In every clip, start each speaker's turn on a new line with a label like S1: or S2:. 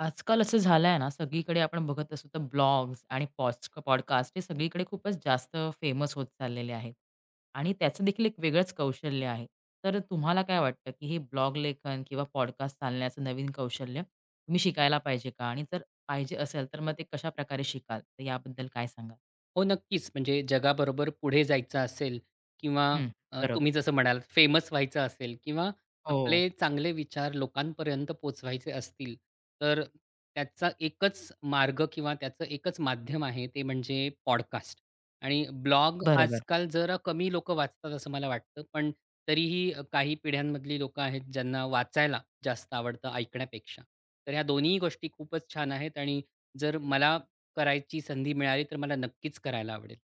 S1: आजकाल असं झालंय ना, सगळीकडे आपण बघत असू तर ब्लॉग्स आणि पॉस्ट पॉडकास्ट हे सगळीकडे खूपच जास्त फेमस होत चाललेले आहेत आणि त्याचं देखील एक वेगळंच कौशल्य आहे. तर तुम्हाला काय वाटतं, की हे ब्लॉग लेखन किंवा पॉडकास्ट चालण्याचं नवीन कौशल्य तुम्ही शिकायला पाहिजे का? आणि जर पाहिजे असेल, तर मग ते कशाप्रकारे शिकाल? तर याबद्दल काय सांगाल?
S2: हो, नक्कीच. म्हणजे जगाबरोबर पुढे जायचं असेल किंवा
S1: हं, बरोबर.
S2: तुम्ही जसं म्हणालात फेमस व्हायचं असेल किंवा
S1: हो,
S2: आपले चांगले विचार लोकांपर्यंत पोहोचवायचे असतील, तर त्याचा एकच मार्ग किंवा त्याचं एकच माध्यम आहे ते म्हणजे पॉडकास्ट आणि ब्लॉग
S1: बरोबर.
S2: आजकाल जरा कमी लोकं वाचतात असं मला वाटतं. पण तरीही काही पिढ्यांमधली लोकं आहेत ज्यांना वाचायला जास्त आवडतं ऐकण्यापेक्षा. तर ह्या दोन्ही गोष्टी खूपच छान आहेत आणि जर मला करायची संधी मिळाली तर मला नक्कीच करायला आवडेल.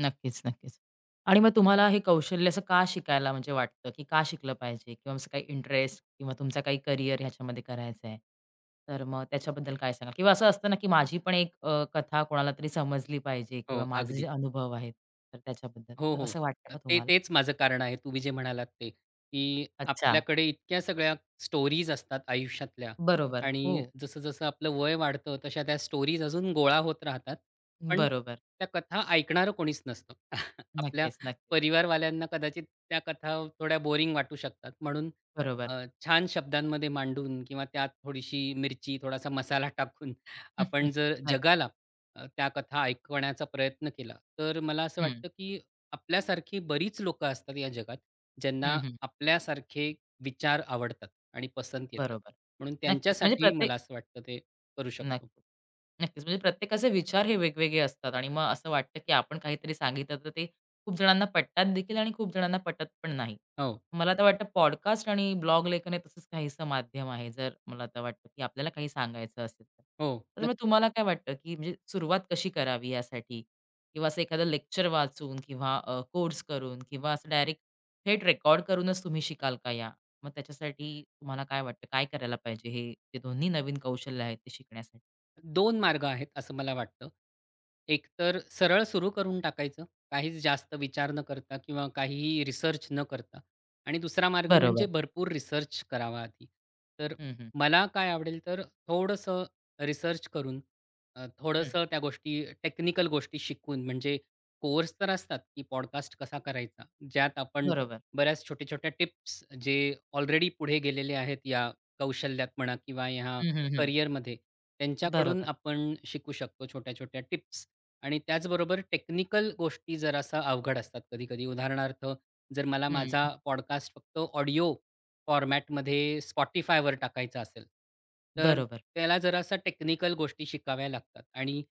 S1: नक्कीच, नक्कीच. आणि मग तुम्हाला हे कौशल्य असं का शिकायला म्हणजे वाटतं, की का शिकलं पाहिजे? किंवा असं काही इंटरेस्ट किंवा तुमचा काही करियर ह्याच्यामध्ये करायचं आहे. तर मग त्याच्याबद्दल काय सांगाल? किंवा असं असतं ना, की माझी पण एक कथा कोणाला तरी समजली पाहिजे किंवा
S2: हो,
S1: माझे जे
S2: अगदी.
S1: अनुभव आहेत, तर त्याच्याबद्दल.
S2: हो,
S1: तर
S2: हो.
S1: असं वाटतं का
S2: ते
S1: तुम्हाला?
S2: तेच माझं कारण आहे तुम्ही जे म्हणालात ते, की
S1: अच्छा.
S2: आपल्याकडे इतक्या सगळ्या स्टोरीज असतात आयुष्यातल्या
S1: बरोबर. हो.
S2: आणि जसं-जसं आपलं वय वाढतं तशा त्या स्टोरीज अजून गोळा होत राहतात. पण
S1: बरोबर.
S2: त्या कथा ऐकणारं कोणीच नसतं. आपल्या
S1: नक्कीच, नक्कीच.
S2: परिवारवाल्यांना कदाचित त्या कथा थोड्या बोरिंग वाटू शकतात. म्हणून
S1: बरोबर.
S2: अ, छान शब्दांमध्ये मांडून किंवा त्यात थोडीशी मिरची, थोडासा मसाला टाकून आपण जर
S1: नक्क
S2: जगाला त्या कथा ऐकवण्याचा प्रयत्न केला, तर मला असं
S1: हं,
S2: वाटतं की आपल्यासारखी बरीच लोकं असतात या जगात,
S1: हं,
S2: ज्यांना
S1: हं.
S2: आपल्यासारखे विचार आवडतात आणि पसंत येतात.
S1: बरोबर.
S2: म्हणून
S1: नक्कीच. म्हणजे
S2: त्यांच्यासाठी
S1: प्रत्येक
S2: मला असं वाटतं ते करू शकतो.
S1: नक्की. नक्कीच. म्हणजे प्रत्येकाचे विचार हे वेगवेगळे असतात आणि मग असं वाटतं, की आपण काहीतरी सांगितलं तर ते खूप जणांना पटतात देखील आणि खूप जणांना पटत पण नाही.
S2: हो,
S1: मला तर वाटतं पॉडकास्ट आणि ब्लॉग लेखन हे तसंच काहीसं माध्यम आहे. जर मला तर वाटतं, की आपल्याला काही सांगायचं असेल तर.
S2: हो.
S1: तर मग तुम्हाला काय वाटतं, की म्हणजे सुरुवात कशी करावी यासाठी? किंवा असं एखादं लेक्चर वाचून किंवा कोर्स करून किंवा असं डायरेक्ट थेट रेकॉर्ड करूनच तुम्ही शिकाल का या? मग त्याच्यासाठी तुम्हाला काय वाटतं, काय करायला पाहिजे हे जे दोन्ही नवीन कौशल्य आहेत ते शिकण्यासाठी?
S2: दोन मार्ग आहेत असं मला वाटतं. एक तर सरळ सुरू करून टाकायचं, काहीच जास्त विचार न करता किंवा काहीही रिसर्च न करता आणि दुसरा मार्ग म्हणजे
S1: बरोबर.
S2: भरपूर रिसर्च करावा आधी. तर
S1: हं, हं,
S2: मला काय आवडेल तर थोडंसं रिसर्च करून
S1: हं.
S2: थोडंसं त्या गोष्टी टेक्निकल गोष्टी शिकून म्हणजे कोर्स तर असतात, की पॉडकास्ट कसा करायचा, ज्यात आपण
S1: बरोबर.
S2: बऱ्याच छोट्या-छोट्या टिप्स जे ऑलरेडी पुढे गेलेले आहेत या कौशल्यात म्हणा किंवा ह्या
S1: हं, हं, हं.
S2: करिअरमध्ये त्यांच्याकडून
S1: बरोबर.
S2: आपण शिकू शकतो छोट्या-छोट्या टिप्स आणि त्याचबरोबर टेक्निकल गोष्टी जरासा अवघड असतात कधी-कधी. उदाहरणार्थ जर मला
S1: हं.
S2: माझा पॉडकास्ट फक्त ऑडिओ फॉर्मॅटमध्ये Spotifyवर टाकायचा असेल, तर
S1: बरोबर.
S2: त्याला जरासा टेक्निकल गोष्टी शिकाव्या लागतात आणि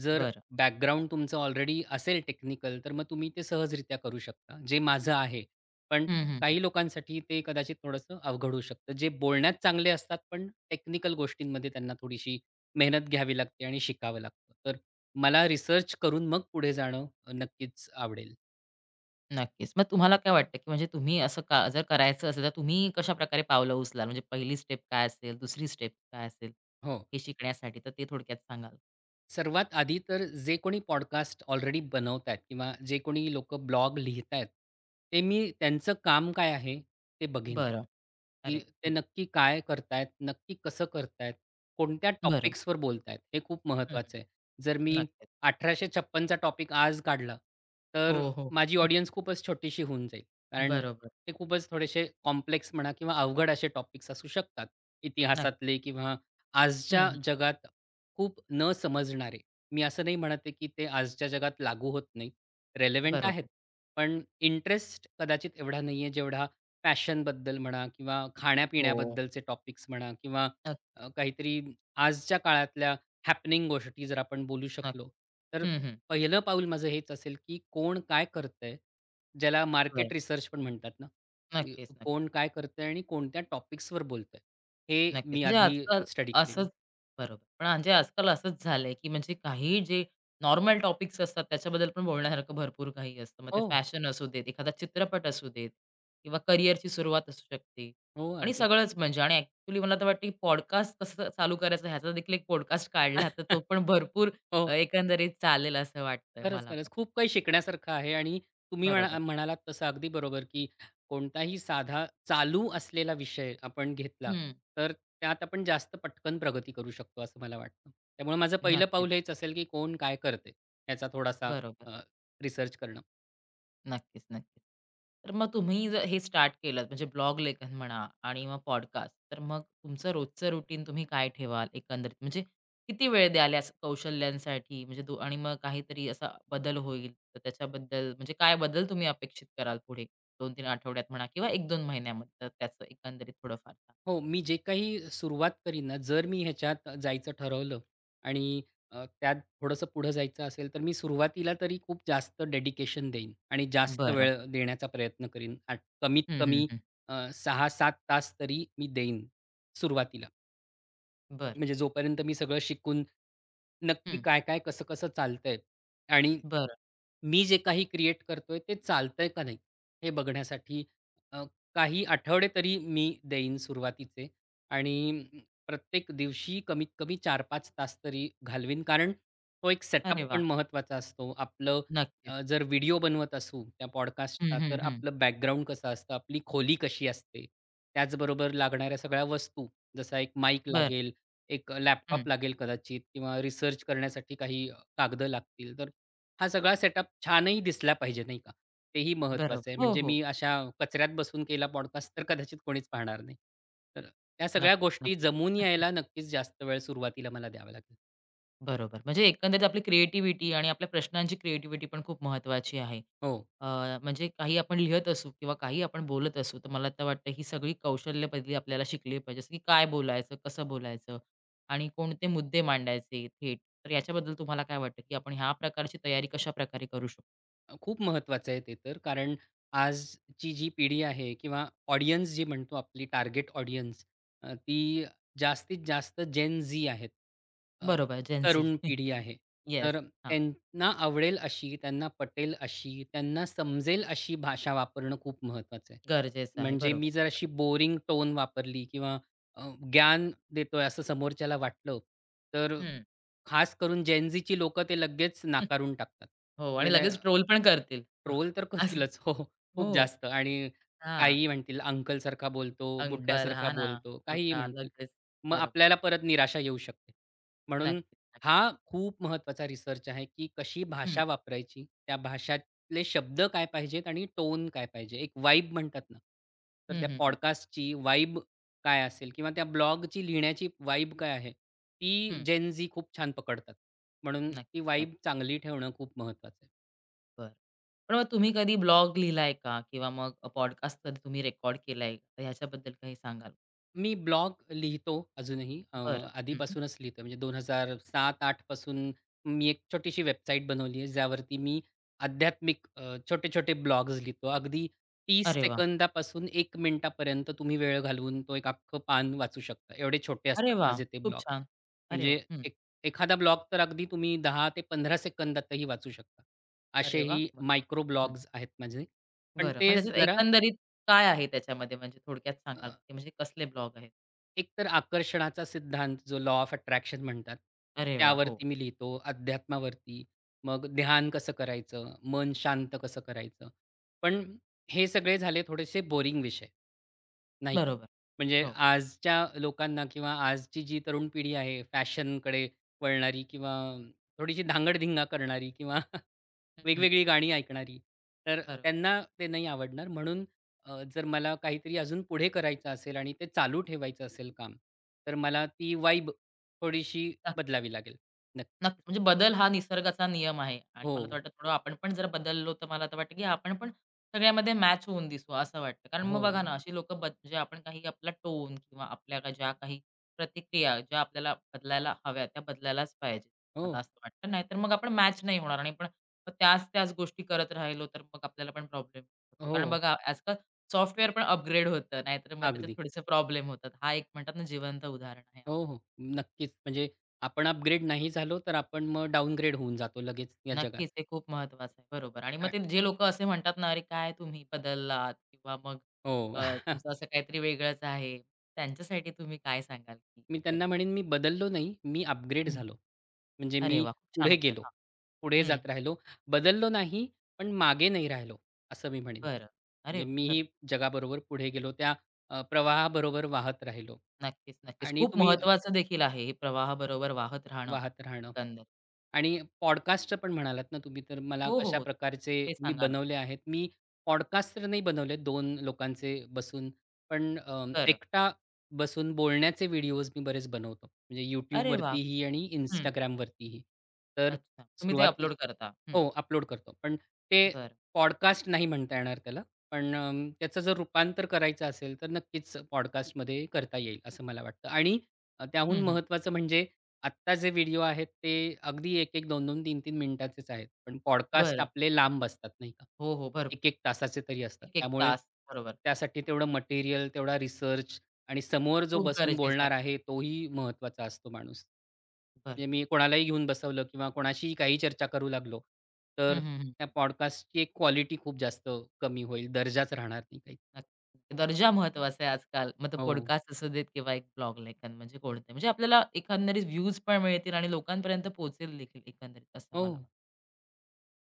S2: जर
S1: बरं.
S2: बॅकग्राऊंड तुमचं ऑलरेडी असेल टेक्निकल, तर मग तुम्ही ते सहजरित्या करू शकता, जे माझं आहे. पण
S1: हं, हं, हं.
S2: काही लोकांसाठी ते कदाचित थोडंसं अवघड होऊ शकतं. जे बोलण्यात चांगले असतात, पण टेक्निकल गोष्टींमध्ये त्यांना थोडीशी मेहनत घ्यावी लागते आणि शिकावं लागतं. तर मला रिसर्च करून मग पुढे जाणं नक्कीच आवडेल.
S1: नक्कीच. मग तुम्हाला काय वाटतं, की म्हणजे तुम्ही असं का जर करायचं असेल, तर तुम्ही कशाप्रकारे पावलं उचलाल? म्हणजे पहिली स्टेप काय असेल, दुसरी स्टेप काय असेल,
S2: हो.
S1: हे शिकण्यासाठी? तर ते थोडक्यात सांगाल?
S2: सर्वात आधी तर जे कोणी पॉडकास्ट ऑलरेडी बनवतायत किंवा जे कोणी लोकं ब्लॉग लिहितायत, ते मी त्यांचं काम काय आहे ते बघेन,
S1: बरं.
S2: की
S1: अरे
S2: ते
S1: वाह! हं.
S2: नक्की काय करतायत, नक्की कसं करतायत, कोणत्या
S1: बरं.
S2: टॉपिक्सवर बोलतायत हे खूप
S1: हं, हं.
S2: महत्त्वाचं आहे. जर मी
S1: नक्कीच.
S2: 1856 चा टॉपिक आज काढला,
S1: हो,
S2: तर
S1: हो, हो.
S2: माझी
S1: हं.
S2: ऑडियन्स खूपच छोटीशी होऊन जाईल. कारण
S1: बरोबर.
S2: ते खूपच थोडेसे कॉम्प्लेक्स म्हणा किंवा अवघड असे टॉपिक्स असू शकतात.
S1: नक्की.
S2: इतिहासातले किंवा
S1: हं,
S2: आजच्या
S1: हं.
S2: जगात खूप न समजणारे. मी असं नाही म्हणत आहे, की ते आजच्या जगात लागू होत नाही. रेलेव्हंट आहेत.
S1: बरोबर.
S2: पण इंटरेस्ट कदाचित एवढा नाहीये, जेवढा फॅशनबद्दल म्हणा किंवा
S1: हो.
S2: खाण्यापिण्याबद्दलचे टॉपिक्स म्हणा किंवा
S1: नक्कीच.
S2: काहीतरी आजच्या काळातल्या हॅपनिंग गोष्टी जर आपण बोलू शकलो,
S1: नक्की.
S2: तर
S1: हं, हं.
S2: पहिलं पाऊल माझं हेच असेल, की कोण काय करतंय? ज्याला
S1: बरं.
S2: मार्केट रिसर्च पण म्हणतात ना, की
S1: नक्कीच, नक्कीच.
S2: कोण काय करतंय आणि कोणत्या टॉपिक्सवर बोलतंय? हे
S1: नक्कीच.
S2: मी
S1: म्हणजे
S2: आधी
S1: आजकाल
S2: स्टडी करीन.
S1: असंच बरोबर. पण म्हणजे आजकाल असंच झालंय, की म्हणजे काही जे नॉर्मल टॉपिक्स असतात त्याच्याबद्दल पण बोलण्यासारखं भरपूर काही असतं. मग ते
S2: हो,
S1: फॅशन असू देत, एखादा चित्रपट असू देत किंवा करिअरची सुरुवात असू शकते
S2: हो,
S1: आणि
S2: अगदी.
S1: सगळंच म्हणजे आणि ॲक्चुअली मला तर वाटतं, की पॉडकास्ट कसं चालू करायचं ह्याचा देखील एक पॉडकास्ट काढला तर तो पण भरपूर
S2: हो.
S1: एकंदरीत चालेल असं वाटतंय
S2: खरंच,
S1: मला
S2: खरंच.
S1: पण.
S2: खूप काही शिकण्यासारखं आहे आणि तुम्ही
S1: बरोबर.
S2: म्हणालात तसं अगदी बरोबर, की कोणताही साधा चालू असलेला विषय आपण घेतला,
S1: हं.
S2: तर त्यात आपण जास्त पटकन प्रगती करू शकतो, असं मला वाटतं. त्यामुळे माझं पहिलं
S1: नक्कीच.
S2: पाऊल हेच असेल, की कोण काय करते, याचा थोडासा
S1: बरोबर.
S2: रिसर्च करणं.
S1: नक्कीच, नक्कीच. तर मग तुम्ही जर हे स्टार्ट केलंत म्हणजे ब्लॉग लेखन म्हणा आणि मग पॉडकास्ट. तर मग तुमचं रोजचं रुटीन तुम्ही काय ठेवाल एकंदरीत? म्हणजे किती वेळ द्याल या कौशल्यांसाठी? म्हणजे दो आणि मग काहीतरी असा बदल होईल, तर त्याच्याबद्दल म्हणजे काय बदल तुम्ही अपेक्षित कराल पुढे 2-3 आठवड्यात म्हणा किंवा 1-2 महिन्यामध्ये? तर त्याचं एकंदरीत थोडंफार सांगा.
S2: हो, मी जे काही सुरुवात करीन ना, जर मी ह्याच्यात जायचं ठरवलं आणि त्यात थोडंसं पुढं जायचं असेल, तर मी सुरुवातीला तरी खूप जास्त डेडिकेशन देईन आणि जास्त
S1: बरं.
S2: वेळ देण्याचा प्रयत्न करीन. कमीत
S1: हं, हं,
S2: कमी
S1: हं.
S2: 6-7 तास तरी मी देईन सुरुवातीला.
S1: बरं.
S2: म्हणजे जोपर्यंत मी सगळं शिकून नक्की
S1: हं.
S2: काय-काय, कसं-कसं चालतंय आणि
S1: बरं.
S2: मी जे काही क्रिएट करतोय ते चालतंय का नाही हे बघण्यासाठी अ, काही आठवडे तरी मी देईन सुरुवातीचे आणि प्रत्येक दिवशी कमीत कमी चार पाच तास तरी घालवीन. कारण तो एक सेटअप
S1: अरे वाह!
S2: पण महत्त्वाचा असतो. आपलं
S1: नक्कीच.
S2: जर व्हिडिओ बनवत असू त्या
S1: हं,
S2: पॉडकास्टचा
S1: हं,
S2: तर
S1: हं.
S2: आपलं बॅकग्राऊंड कसं असतं, आपली खोली कशी असते, त्याचबरोबर लागणाऱ्या सगळ्या वस्तू जसा एक माईक
S1: बरं.
S2: लागेल, एक
S1: हं.
S2: लॅपटॉप लागेल कदाचित किंवा रिसर्च करण्यासाठी काही कागदं लागतील. तर हा सगळा सेटअप छानही दिसला पाहिजे, नाही का? तेही महत्त्वाचं
S1: बरोबर.
S2: आहे.
S1: हो,
S2: म्हणजे
S1: हो.
S2: मी अशा कचऱ्यात बसून केला पॉडकास्ट तर कदाचित कोणीच पाहणार नाही. तर त्या सगळ्या
S1: नक्कीच,
S2: गोष्टी
S1: नक्कीच.
S2: जमून यायला नक्कीच जास्त वेळ सुरुवातीला मला द्यावा लागेल.
S1: बरोबर. म्हणजे एकंदरीत आपली क्रिएटिव्हिटी आणि आपल्या प्रश्नांची क्रिएटिव्हिटी पण खूप महत्त्वाची आहे.
S2: हो.
S1: अ, म्हणजे काही आपण लिहत असू किंवा काही आपण बोलत असू, तर मला तर वाटतं ही सगळी कौशल्य पहिली आपल्याला शिकली पाहिजे, जसं की काय बोलायचं, कसं बोलायचं आणि कोणते मुद्दे मांडायचे थेट. तर याच्याबद्दल तुम्हाला काय वाटतं, की आपण ह्या प्रकारची तयारी कशाप्रकारे करू शकतो?
S2: खूप महत्त्वाचं आहे ते तर. कारण आजची जी पिढी आहे किंवा ऑडियन्स जी म्हणतो आपली टार्गेट ऑडियन्स ती जास्तीत जास्त जेन झी आहेत. अ,
S1: बरोबर, जेन्झी.
S2: तरुण पिढी आहे.
S1: येस.
S2: तर
S1: हां,
S2: त्यांना आवडेल अशी, त्यांना पटेल अशी, त्यांना समजेल अशी भाषा वापरणं खूप महत्त्वाचं आहे.
S1: गरजेचं आहे.
S2: म्हणजे
S1: बरोबर,
S2: मी जर अशी
S1: बरोबर.
S2: बोरिंग टोन वापरली किंवा ज्ञान देतोय असं समोरच्याला वाटलं, तर
S1: हं.
S2: खास करून जेन झीची ते लगेच नाकारून टाकतात.
S1: हो आणि
S2: म्हणजे
S1: लगेच ट्रोल पण करतील.
S2: ट्रोल तर
S1: असं
S2: करतीलच. हो, हो. खूप
S1: हो.
S2: जास्त आणि
S1: हां.
S2: काहीही म्हणतील, अंकलसारखा बोलतो,
S1: अंकल,
S2: बुड्ढ्यासारखा
S1: हां ना,
S2: बोलतो, काहीही
S1: बुड्ढा
S2: म्हणतील.
S1: लगेच.
S2: मग
S1: बरोबर.
S2: आपल्याला परत निराशा येऊ शकते. म्हणून
S1: नक्कीच, नक्कीच.
S2: हा खूप महत्त्वाचा रिसर्च आहे, की कशी
S1: हं.
S2: भाषा वापरायची, त्या भाषातले शब्द काय पाहिजेत आणि टोन काय पाहिजे. एक वाइब म्हणतात ना, तर
S1: हं,
S2: त्या
S1: हं, हं.
S2: पॉडकास्टची वाइब काय असेल किंवा त्या ब्लॉगची लिहिण्याची वाइब काय आहे, ती
S1: हं.
S2: जेन खूप छान पकडतात. म्हणून ती
S1: नक्कीच, नक्कीच.
S2: वाइब चांगली ठेवणं खूप महत्त्वाचं आहे.
S1: बरं. पण मग तुम्ही कधी ब्लॉग लिहिलाय का? किंवा मग पॉडकास्ट कधी तुम्ही रेकॉर्ड केलाय का? तर ह्याच्याबद्दल काही सांगाल?
S2: मी ब्लॉग लिहितो अजूनही.
S1: बरं. हं.
S2: आधीपासूनच लिहितो म्हणजे 2007 आठ पासून मी एक छोटीशी वेबसाईट बनवली आहे, ज्यावरती मी आध्यात्मिक छोटे-छोटे ब्लॉग्स लिहितो. अगदी 30
S1: अरे वाह!
S2: सेकंदापासून 1 मिनिटापर्यंत तुम्ही वेळ घालवून तो एक अख्खं पान वाचू शकता. एवढे छोटे
S1: अरे
S2: असतात
S1: वाह!
S2: माझे ते
S1: खूप
S2: ब्लॉग.
S1: छान. अरे वाह!
S2: म्हणजे
S1: हं.
S2: एखादा ब्लॉग तर अगदी तुम्ही 10 ते 15 सेकंदातही वाचू शकता.
S1: अरे वाह!
S2: असेही मायक्रो
S1: हं.
S2: ब्लॉग्स आहेत माझे. पण
S1: बरं. मग
S2: ते
S1: त्याच्यात
S2: जरा
S1: एकंदरीत काय आहे त्याच्यामध्ये? म्हणजे थोडक्यात सांगाल? की म्हणजे कसले ब्लॉग आहेत?
S2: एकतर आकर्षणाचा सिद्धांत जो लॉ ऑफ अट्रॅक्शन म्हणतात,
S1: अरे वाह! हो.
S2: त्यावरती मी लिहितो. अध्यात्मावरती. मग ध्यान कसं करायचं? मन शांत कसं करायचं? पण हे सगळे झाले थोडेसे बोरिंग विषय, नाही का?
S1: बरोबर.
S2: म्हणजे
S1: हो.
S2: आजच्या लोकांना किंवा आजची जी तरुण पिढी आहे फॅशनकडे वळणारी किंवा थोडीशी धांगड करणारी किंवा
S1: हं,
S2: वेगवेगळी गाणी ऐकणारी. तर
S1: बरोबर.
S2: त्यांना ते नाही आवडणार. म्हणून जर मला काहीतरी अजून पुढे करायचं असेल आणि ते चालू ठेवायचं असेल काम, तर मला ती वाइब थोडीशी बदलावी लागेल. नक्क
S1: नक्की. म्हणजे बदल हा निसर्गाचा नियम आहे आणि मला तर
S2: हो,
S1: वाटतं थोडं आपण पण जर बदललो तर मला तर वाटतं की आपण पण सगळ्यामध्ये मॅच होऊन दिसू असं वाटतं. कारण मग
S2: हो,
S1: बघा ना अशी लोकं बद जे आपण काही आपला टोन किंवा आपल्या का ज्या काही प्रतिक्रिया ज्या आपल्याला बदलायला हव्या त्या बदलायलाच पाहिजे. मला
S2: हो,
S1: असं वाटतं. नाहीतर मग आपण मॅच नाही होणार आणि पण मग त्याच-त्याच गोष्टी करत राहिलो तर मग आपल्याला पण प्रॉब्लेम होतो.
S2: हो.
S1: कारण बघा आजकाल सॉफ्टवेअर पण अपग्रेड होतं. नाहीतर मग त्याच्यात
S2: अगदी.
S1: थोडेसे प्रॉब्लेम होतात. हा एक म्हणतात ना जिवंत उदाहरण आहे.
S2: हो, हो. नक्कीच. म्हणजे आपण अपग्रेड नाही झालो, तर आपण मग डाउनग्रेड होऊन जातो लगेच या जगात.
S1: नक्कीच, ते खूप महत्वाचं आहे. बरोबर आणि
S2: अ,
S1: मग ते जे लोकं असे म्हणतात ना, "अरे काय तुम्ही बदललात?" किंवा मग
S2: हो.
S1: तुमचं असं काहीतरी वेगळंच आहे. त्यांच्यासाठी तुम्ही काय सांगाल? की
S2: मी त्यांना म्हणेन, "मी बदललो नाही, मी अपग्रेड
S1: हं.
S2: झालो." म्हणजे
S1: अरे
S2: मी
S1: वाह! खूप छान
S2: पुढे
S1: उत्तर.
S2: गेलो.
S1: हां.
S2: पुढे
S1: हं,
S2: जात राहिलो. बदललो नाही, पण मागे नाही राहिलो, असं मी म्हणेन.
S1: बरं. अरे
S2: म्हणजे
S1: वा
S2: मीही
S1: खरंच.
S2: जगाबरोबर पुढे गेलो. त्या प्रवाहाबरोबर वाहत राहिलो.
S1: नक्कीच, नक्कीच.
S2: आणि
S1: खूप
S2: तुम्ही
S1: महत्वाचं देखील आहे हे प्रवाहाबरोबर वाहत राहणं
S2: वाहत राहणं
S1: एकंदर.
S2: आणि पॉडकास्टचं पण म्हणालात ना तुम्ही, तर मला
S1: हो, हो,
S2: कशा
S1: हो.
S2: प्रकारचे
S1: ते
S2: मी
S1: सांगा ना.
S2: बनवले आहेत. मी पॉडकास्ट तर नाही बनवले 2 लोकांचे बसून, पण
S1: बरं.
S2: एकटा बसून बोलण्याचे व्हिडिओज मी बरेच बनवतो. म्हणजे
S1: अरे वाह!
S2: YouTubeवरतीही आणि
S1: हं.
S2: Instagramवरतीही. तर
S1: अच्छा. तुम्ही ते
S2: सुरुवाती
S1: अपलोड करता. हं.
S2: हो, अपलोड करतो. पण ते
S1: बरं.
S2: पॉडकास्ट नाही म्हणता येणार त्याला. पण त्याचं जर रूपांतर करायचं असेल, तर नक्कीच पॉडकास्टमध्ये करता येईल, असं मला वाटतं. आणि त्याहून
S1: हं, हं.
S2: महत्त्वाचं म्हणजे आत्ता जे व्हिडिओ आहेत ते अगदी एक एक 2-2, 3-3 मिनिटाचेच आहेत. पण पॉडकास्ट
S1: बरं.
S2: आपले लांब असतात, नाही का?
S1: हो, हो. भरपूर.
S2: 1-1 तासाचे तरी असतात.
S1: 1-1
S2: त्यामुळे
S1: तास. बरोबर.
S2: त्यासाठी तेवढं मटेरियल, तेवढा रिसर्च, आणि समोर जो
S1: खूप
S2: बसून
S1: गरजेचं आहे.
S2: बोलणार आहे तोही महत्त्वाचा असतो माणूस.
S1: बरं.
S2: म्हणजे मी कोणालाही घेऊन बसवलं किंवा कोणाशीही काही चर्चा करू लागलो, तर
S1: हं, हं, हं.
S2: त्या पॉडकास्टची एक क्वालिटी खूप जास्त कमी होईल. दर्जाच राहणार नाही काही.
S1: नक्की. दर्जा महत्वाचा आहे आजकाल. मग तो
S2: हो.
S1: पॉडकास्ट असू देत किंवा एक ब्लॉग लेखन म्हणजे कोणते म्हणजे आपल्याला एकंदरीत व्ह्यूज पण मिळतील आणि लोकांपर्यंत पोहोचेल देखील एकंदरीत असं
S2: हो.
S1: मला वाटतं.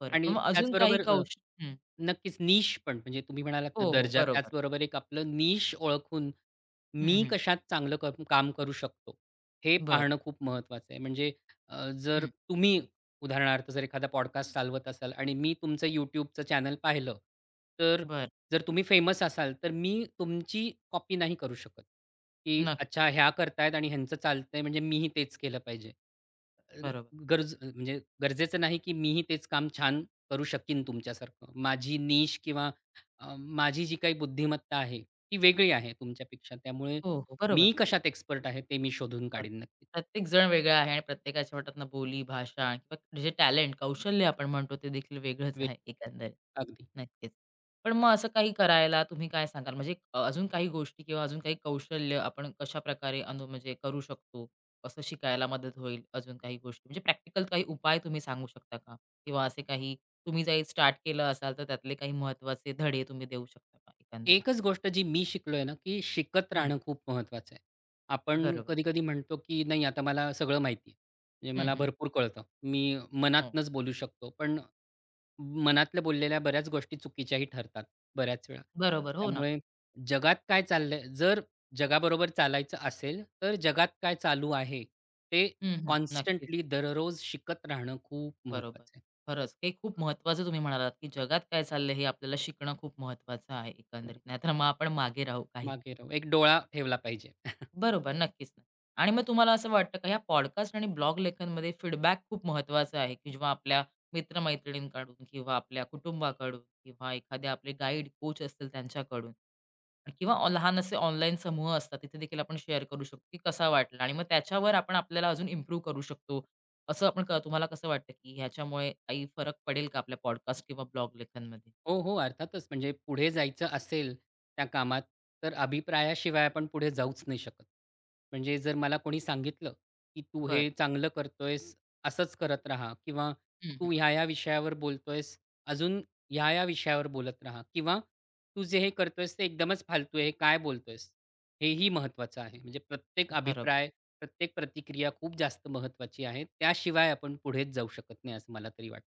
S1: बरं. पण
S2: आणि
S1: मग अजून काही
S2: त्याचबरोबर
S1: कौश हं.
S2: नक्कीच निश पण म्हणजे तुम्ही म्हणालात ना
S1: हो, हो.
S2: दर्जा
S1: बरोबर.
S2: त्याचबरोबर एक आपलं निश ओळखून
S1: हं,
S2: मी
S1: हं.
S2: कशात चांगलं काम करू शकतो, हे
S1: बरं.
S2: पाहणं खूप महत्त्वाचं आहे. म्हणजे अ, जर
S1: हं.
S2: तुम्ही उदाहरणार्थ जर एखादा पॉडकास्ट चालवत असाल आणि मी तुमचं YouTubeचं चॅनल पाहिलं, तर
S1: बरं.
S2: जर तुम्ही फेमस असाल, तर मी तुमची कॉपी नाही करू शकत, की
S1: नक्की.
S2: अच्छा ह्या करतायत आणि ह्यांचं चालतंय म्हणजे मीही तेच केलं पाहिजे. अ,
S1: बरोबर.
S2: म्हणजे गरजेचं नाही, की मीही तेच काम छान करू शकीन तुमच्यासारखं. माझी निश किंवा माझी जी काही बुद्धिमत्ता आहे, ती वेगळी आहे तुमच्यापेक्षा. त्यामुळे
S1: हो, हो.
S2: मी
S1: बरोबर.
S2: कशात एक्सपर्ट आहे, ते मी शोधून
S1: तर
S2: काढीन नक्कीच.
S1: प्रत्येक जण वेगळा आहे आणि प्रत्येकाच्या म्हणतात ना बोली, भाषा किंवा जे टॅलेंट, कौशल्य आपण म्हणतो ते देखील वेगळंच
S2: वे
S1: आहे एकंदरीत.
S2: अगदी.
S1: नक्कीच. पण मग असं काही करायला तुम्ही काय सांगाल? म्हणजे अजून काही गोष्टी किंवा अजून काही कौशल्य आपण कशाप्रकारे अनु म्हणजे करू शकतो? कसं शिकायला मदत होईल अजून काही गोष्टी? म्हणजे प्रॅक्टिकल काही उपाय तुम्ही सांगू शकता का? किंवा असे काही तुम्ही जरी स्टार्ट केलं असाल तर त्यातले काही महत्त्वाचे धडे तुम्ही देऊ शकता का एकंदरीत?
S2: एकच गोष्ट जी मी शिकलोय ना, की शिकत
S1: हं,
S2: राहणं खूप महत्त्वाचं आहे. आपण
S1: बरोबर.
S2: कधी-कधी म्हणतो, की नाही आता मला सगळं माहिती आहे. म्हणजे
S1: हं,
S2: मला
S1: हं.
S2: भरपूर कळतं. मी
S1: हो.
S2: मनातनंच बोलू शकतो. पण मनातल्या बोललेल्या बऱ्याच गोष्टी चुकीच्याही ठरतात बऱ्याच वेळा.
S1: बरोबर. हो ना.
S2: त्यामुळे जगात काय चाललंय जर जगाबरोबर चालायचं असेल, तर जगात काय चालू आहे ते
S1: हं, हं. नक्कीच.
S2: कॉन्स्टंटली दररोज शिकत राहणं खूप
S1: बरोबर.
S2: महत्वाचं आहे.
S1: खरंच, हे खूप महत्त्वाचं तुम्ही म्हणालात, की जगात काय चाललंय हे आपल्याला शिकणं खूप महत्त्वाचं आहे
S2: हो,
S1: एकंदरीत. नाहीतर मग आपण मागे राहू काहीच.
S2: मागे राहू एक डोळा ठेवला पाहिजे.
S1: बरोबर, नक्कीच. ना. आणि मग तुम्हाला असं वाटतं का ह्या पॉडकास्ट आणि ब्लॉग लेखनमध्ये फीडबॅक खूप महत्त्वाचा आहे, की जेव्हा आपल्या मित्र किंवा आपल्या कुटुंबाकडून किंवा एखादे आपले गाईड, कोच असतील त्यांच्याकडून. किंवा ऑ लहान असे ऑनलाईन समूह असतात, तिथे देखील आपण शेअर करू शकतो, की कसा वाटला आणि मग त्याच्यावर आपण आपल्याला अजून इम्प्रूव्ह करू शकतो. असं आपण क तुम्हाला कसं वाटतं, की ह्याच्यामुळे काही फरक पडेल का आपल्या पॉडकास्ट किंवा ब्लॉग लेखनमध्ये?
S2: हो, हो. अर्थातच म्हणजे पुढे जायचं असेल त्या कामात, तर अभिप्रायाशिवाय आपण पुढे जाऊच नाही शकत. म्हणजे जर मला कोणी सांगितलं, की "तू हे
S1: बरं.
S2: चांगलं करतोयस, असंच करत राहा" किंवा
S1: हं, हं.
S2: "तू ह्या-ह्या विषयावर बोलतोयस, अजून ह्या-ह्या विषयावर बोलत राहा" किंवा "तू जे हे करतोयस ते एकदमच फालतू आहे, हे काय बोलतोयस?" हेही महत्त्वाचं आहे. म्हणजे प्रत्येक
S1: बरोबर.
S2: अभिप्राय, प्रत्येक प्रतिक्रिया खूप जास्त महत्त्वाची आहे. त्याशिवाय आपण पुढेच जाऊ शकत नाही, असं मला तरी वाटतं.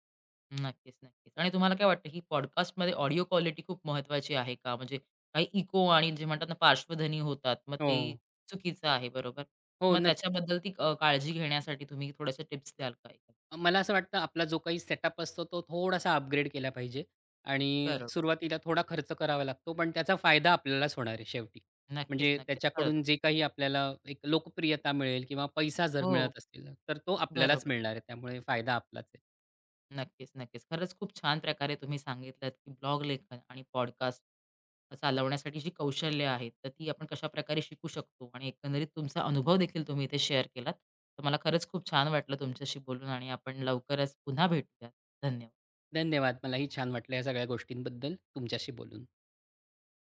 S1: नक्कीच, नक्कीच. आणि तुम्हाला काय वाटतं, ही पॉडकास्टमध्ये ऑडिओ क्वालिटी खूप महत्त्वाची आहे का? म्हणजे काही इको आणि जे म्हणतात ना, पार्श्वध्वनी होतात, मग ते
S2: हो.
S1: चुकीचं आहे, बरोबर?
S2: हो,
S1: मग
S2: नक्कीच.
S1: त्याच्याबद्दल ती काळजी घेण्यासाठी तुम्ही थोड्याशा टिप्स द्याल का?
S2: मला असं वाटतं आपला जो काही सेटअप असतो तो थोडासा अपग्रेड केला पाहिजे आणि
S1: बरोबर.
S2: सुरुवातीला थोडा खर्च करावा लागतो पण त्याचा फायदा आपल्यालाच होणार आहे शेवटी.
S1: नक्कीच,
S2: म्हणजे
S1: नक्कीच. खरंच.
S2: त्याच्याकडून जे काही आपल्याला एक लोकप्रियता मिळेल किंवा पैसा जर
S1: हो,
S2: मिळत असेल तर तो आपल्यालाच
S1: बरोबर.
S2: मिळणार आहे. त्यामुळे फायदा आपलाच आहे.
S1: नक्कीच, नक्कीच. खरंच खूप छान प्रकारे तुम्ही सांगितलत, की ब्लॉग लेखन आणि पॉडकास्ट चालवण्यासाठी जी कौशल्य आहेत, तर ती आपण कशाप्रकारे शिकू शकतो आणि एकंदरीत तुमचा अनुभव देखील तुम्ही इथे शेअर केलात. तर मला खरंच खूप छान वाटलं तुमच्याशी बोलून आणि आपण लवकरच पुन्हा भेटूयात. धन्यवाद.
S2: धन्यवाद. मलाही छान वाटलं या सगळ्या गोष्टींबद्दल तुमच्याशी बोलून.